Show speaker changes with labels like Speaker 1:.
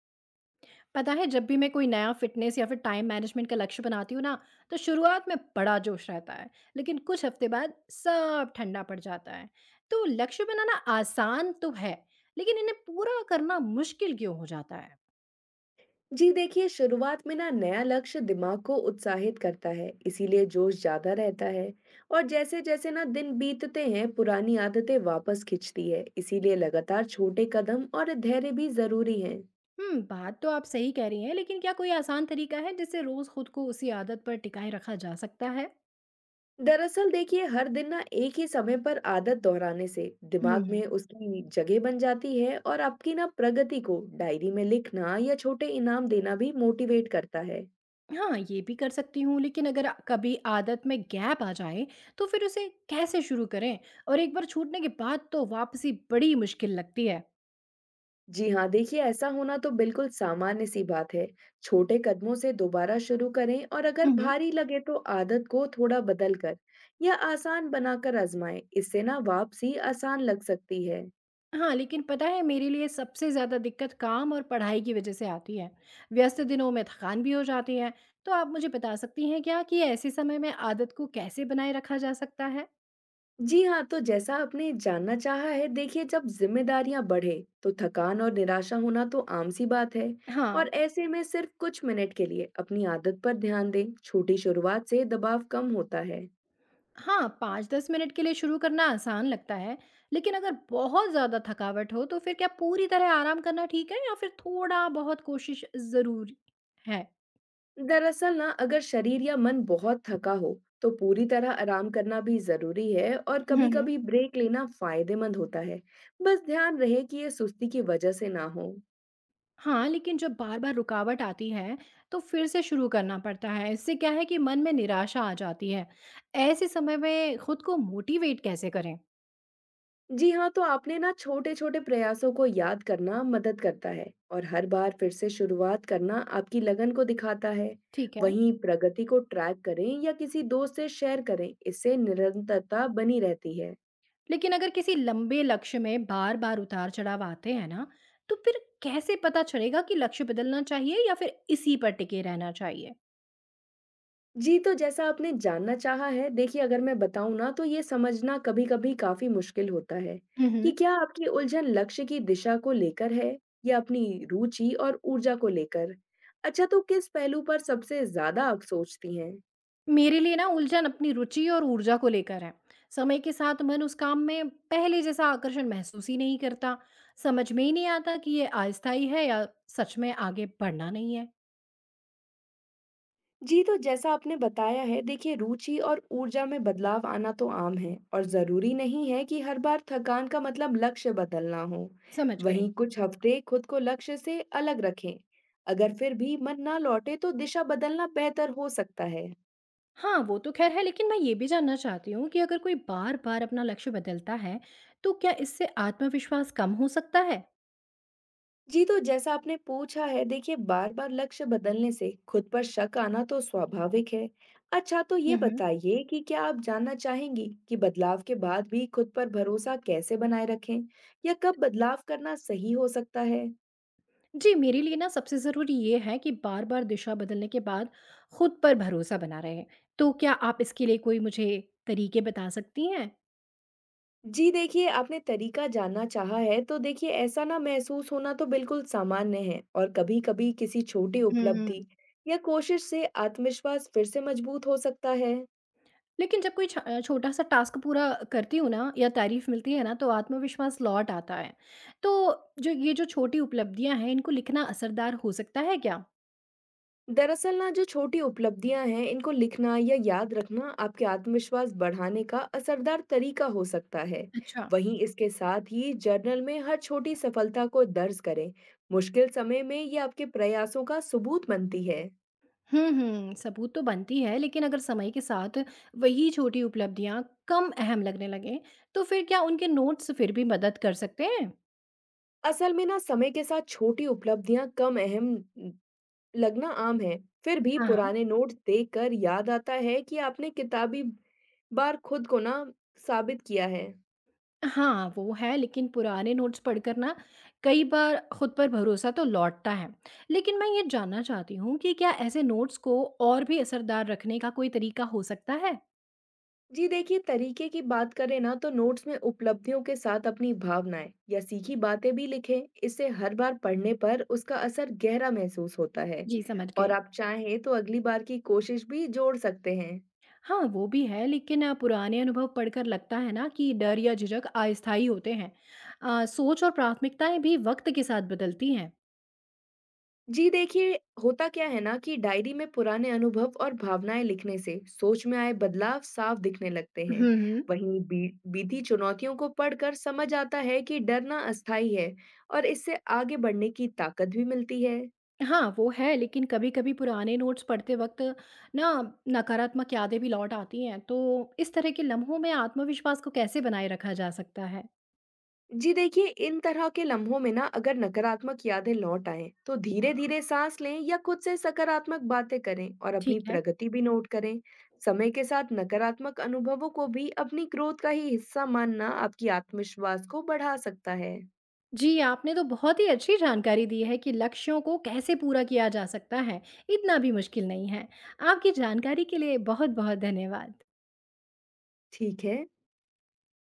Speaker 1: पता है जब भी मैं कोई नया फिटनेस या फिर टाइम मैनेजमेंट का लक्ष्य बनाती हूँ ना, तो शुरुआत में बड़ा जोश रहता है। लेकिन कुछ हफ्ते बाद सब ठंडा पड़ जाता है। तो लक्ष्य बनाना आसान तो है, लेकिन इन्हें पूरा करना मुश्किल क्यों हो जाता है?
Speaker 2: जी देखिए, शुरुआत में ना नया लक्ष्य दिमाग को उत्साहित करता है, इसीलिए जोश ज्यादा रहता है। और जैसे जैसे ना दिन बीतते हैं पुरानी आदतें वापस खिंचती है, इसीलिए लगातार छोटे कदम और धैर्य भी जरूरी हैं।
Speaker 1: हम्म। बात तो आप सही कह रही हैं, लेकिन क्या कोई आसान तरीका है जिससे रोज खुद को उसी आदत पर टिकाए रखा जा सकता है?
Speaker 2: दरअसल देखिए, हर दिन ना एक ही समय पर आदत दोहराने से दिमाग में
Speaker 1: हम्म।
Speaker 2: उसकी जगह बन जाती है। और आपकी ना प्रगति को डायरी में लिखना या छोटे इनाम देना भी मोटिवेट करता है।
Speaker 1: हाँ, ये भी कर सकती हूँ, लेकिन अगर कभी आदत में गैप आ जाए, तो फिर उसे कैसे शुरू करें? और एक बार छूटने के बाद तो वापसी बड़ी मुश्किल लगती है।
Speaker 2: जी हाँ, देखिए ऐसा होना तो बिल्कुल सामान्य सी बात है। छोटे कदमों से दोबारा शुरू करें, और अगर
Speaker 1: हम्म।
Speaker 2: भारी लगे तो आदत को थोड़ा बदल कर या आसान बनाकर आजमाएं। इससे ना वापसी आसान लग सकती है।
Speaker 1: हाँ, लेकिन पता है मेरे लिए सबसे ज़्यादा दिक्कत काम और पढ़ाई की वजह से आती है। व्यस्त दिनों में थकान भी हो जाती है। तो आप मुझे बता सकती हैं क्या कि ऐसे समय में आदत को कैसे बनाए रखा जा सकता है?
Speaker 2: जी हाँ, तो जैसा आपने जानना चाहा है, देखिए जब जिम्मेदारियां बढ़े तो थकान और निराशा होना तो आम सी बात है। और
Speaker 1: हाँ,
Speaker 2: ऐसे में सिर्फ कुछ मिनट के लिए अपनी आदत पर ध्यान दें। छोटी शुरुआत से दबाव कम होता है।
Speaker 1: हाँ, 5-10 मिनट के लिए शुरू करना आसान लगता है, लेकिन अगर बहुत ज़्यादा थकावट हो, तो फिर क्या पूरी तरह आराम करना ठीक है या फिर थोड़ा-बहुत कोशिश ज़रूरी है?
Speaker 2: दरअसल ना, अगर शरीर या मन बहुत थका हो तो पूरी तरह आराम करना भी जरूरी है, और
Speaker 1: हुँ, हुँ।
Speaker 2: कभी-कभी ब्रेक लेना फायदेमंद होता है। बस ध्यान रहे कि ये सुस्ती की वजह से ना हो।
Speaker 1: हाँ, लेकिन जब बार-बार रुकावट आती है, तो फिर से शुरू करना पड़ता है। इससे क्या है कि मन में निराशा आ जाती है। ऐसे समय में खुद को मोटिवेट कैसे करें?
Speaker 2: जी हाँ, तो आपने ना, छोटे-छोटे प्रयासों को याद करना मदद करता है, और हर बार फिर से शुरुआत करना आपकी लगन को दिखाता है।
Speaker 1: ठीक है।
Speaker 2: वहीं प्रगति को ट्रैक करें या किसी दोस्त से शेयर करें, इससे निरंतरता बनी रहती है।
Speaker 1: लेकिन अगर किसी लंबे लक्ष्य में बार बार उतार चढ़ाव आते हैं ना, तो फिर कैसे पता चलेगा कि लक्ष्य बदलना चाहिए या फिर इसी पर टिके रहना चाहिए?
Speaker 2: जी, तो जैसा आपने जानना चाहा है, देखिए अगर मैं बताऊँ ना, तो ये समझना कभी-कभी काफ़ी मुश्किल होता है कि
Speaker 1: हम्म।
Speaker 2: क्या आपकी उलझन लक्ष्य की दिशा को लेकर है या अपनी रुचि और ऊर्जा को लेकर। अच्छा, तो किस पहलू पर सबसे ज़्यादा आप सोचती हैं?
Speaker 1: मेरे लिए ना उलझन अपनी रुचि और ऊर्जा को लेकर है। समय के साथ मन उस काम में पहले जैसा आकर्षण महसूस ही नहीं करता। समझ में ही नहीं आता कि ये अस्थायी है या सच में आगे बढ़ना नहीं है।
Speaker 2: जी, तो जैसा आपने बताया है, देखिए रुचि और ऊर्जा में बदलाव आना तो आम है, और जरूरी नहीं है कि हर बार थकान का मतलब लक्ष्य बदलना हो।
Speaker 1: समझ गई।
Speaker 2: वहीं कुछ हफ्ते खुद को लक्ष्य से अलग रखें, अगर फिर भी मन ना लौटे तो दिशा बदलना बेहतर हो सकता है।
Speaker 1: हाँ वो तो खैर है, लेकिन मैं ये भी जानना चाहती हूँ कि अगर कोई बार बार अपना लक्ष्य बदलता है, तो क्या इससे आत्मविश्वास कम हो सकता है?
Speaker 2: जी, तो जैसा आपने पूछा है, देखिए बार बार लक्ष्य बदलने से खुद पर शक आना तो स्वाभाविक है। अच्छा, तो
Speaker 1: हुँ,
Speaker 2: ये
Speaker 1: हुँ।
Speaker 2: बताइए कि क्या आप जानना चाहेंगी कि बदलाव के बाद भी खुद पर भरोसा कैसे बनाए रखें, या कब बदलाव करना सही हो सकता है।
Speaker 1: जी, मेरे लिए ना सबसे ज़रूरी ये है कि बार-बार दिशा बदलने के बाद खुद पर भरोसा बना रहे। तो क्या आप इसके लिए कोई मुझे तरीके बता सकती हैं?
Speaker 2: जी देखिए, आपने तरीका जानना चाहा है, तो देखिए ऐसा ना महसूस होना तो बिल्कुल सामान्य है, और कभी कभी किसी छोटी
Speaker 1: हुँ।
Speaker 2: उपलब्धि या कोशिश से आत्मविश्वास फिर से मजबूत हो सकता है।
Speaker 1: लेकिन जब कोई छोटा-सा टास्क पूरा करती हूँ ना, या तारीफ़ मिलती है ना, तो आत्मविश्वास लौट आता है। तो जो ये जो छोटी उपलब्धियाँ हैं इनको लिखना असरदार हो सकता है क्या?
Speaker 2: दरअसल ना, जो छोटी उपलब्धियां हैं इनको लिखना या याद रखना आपके आत्मविश्वास बढ़ाने का असरदार तरीका हो सकता है।
Speaker 1: अच्छा।
Speaker 2: वहीं इसके साथ ही जर्नल में हर छोटी सफलता को दर्ज करें, मुश्किल समय में ये आपके प्रयासों का सबूत बनती है।
Speaker 1: हुँ, हुँ। सबूत तो बनती है, लेकिन अगर समय के साथ वही छोटी उपलब्धियाँ कम अहम लगने लगें, तो फिर क्या उनके नोट्स फिर भी मदद कर सकते हैं?
Speaker 2: असल में ना, समय के साथ छोटी उपलब्धियां कम अहम लगना आम है। फिर भी
Speaker 1: हाँ, हाँ।
Speaker 2: पुराने नोट देखकर याद आता है कि आपने किताबी बार खुद को ना साबित किया है।
Speaker 1: हाँ, वो है, लेकिन पुराने नोट्स पढ़कर ना, कई बार खुद पर भरोसा तो लौटता है। लेकिन मैं ये जानना चाहती हूँ कि क्या ऐसे नोट्स को और भी असरदार रखने का कोई तरीका हो सकता है?
Speaker 2: जी देखिए, तरीके की बात करें ना, तो नोट्स में उपलब्धियों के साथ अपनी भावनाएं या सीखी बातें भी लिखें, इससे हर बार पढ़ने पर उसका असर गहरा महसूस होता है।
Speaker 1: जी, समझ गई।
Speaker 2: और आप चाहें तो अगली बार की कोशिश भी जोड़ सकते हैं।
Speaker 1: हाँ, वो भी है लेकिन पुराने अनुभव पढ़कर लगता है ना कि डर या झिझक अस्थायी होते हैं। सोच और प्राथमिकताएं भी वक्त के साथ बदलती हैं।
Speaker 2: जी देखिए, होता क्या है ना, कि डायरी में पुराने अनुभव और भावनाएं लिखने से सोच में आए बदलाव साफ दिखने लगते हैं।
Speaker 1: हुँ, हुँ।
Speaker 2: वहीं बीती चुनौतियों को पढ़कर समझ आता है कि डरना अस्थायी है, और इससे आगे बढ़ने की ताकत भी मिलती है।
Speaker 1: हाँ, वो है लेकिन कभी-कभी पुराने नोट्स पढ़ते वक्त ना, नकारात्मक यादें भी लौट आती हैं, तो इस तरह के लम्हों में आत्मविश्वास को कैसे बनाए रखा जा सकता है?
Speaker 2: जी देखिए, इन तरह के लम्हों में ना, अगर नकारात्मक यादें लौट आए तो धीरे धीरे सांस लें या खुद से सकारात्मक बातें करें, और अपनी
Speaker 1: ठीक है।
Speaker 2: प्रगति भी नोट करें। समय के साथ नकारात्मक अनुभवों को भी अपनी ग्रोथ का ही हिस्सा मानना आपकी आत्मविश्वास को बढ़ा सकता है।
Speaker 1: जी, आपने तो बहुत ही अच्छी जानकारी दी है कि लक्ष्यों को कैसे पूरा किया जा सकता है, इतना भी मुश्किल नहीं है। आपकी जानकारी के लिए बहुत-बहुत धन्यवाद।
Speaker 2: ठीक है।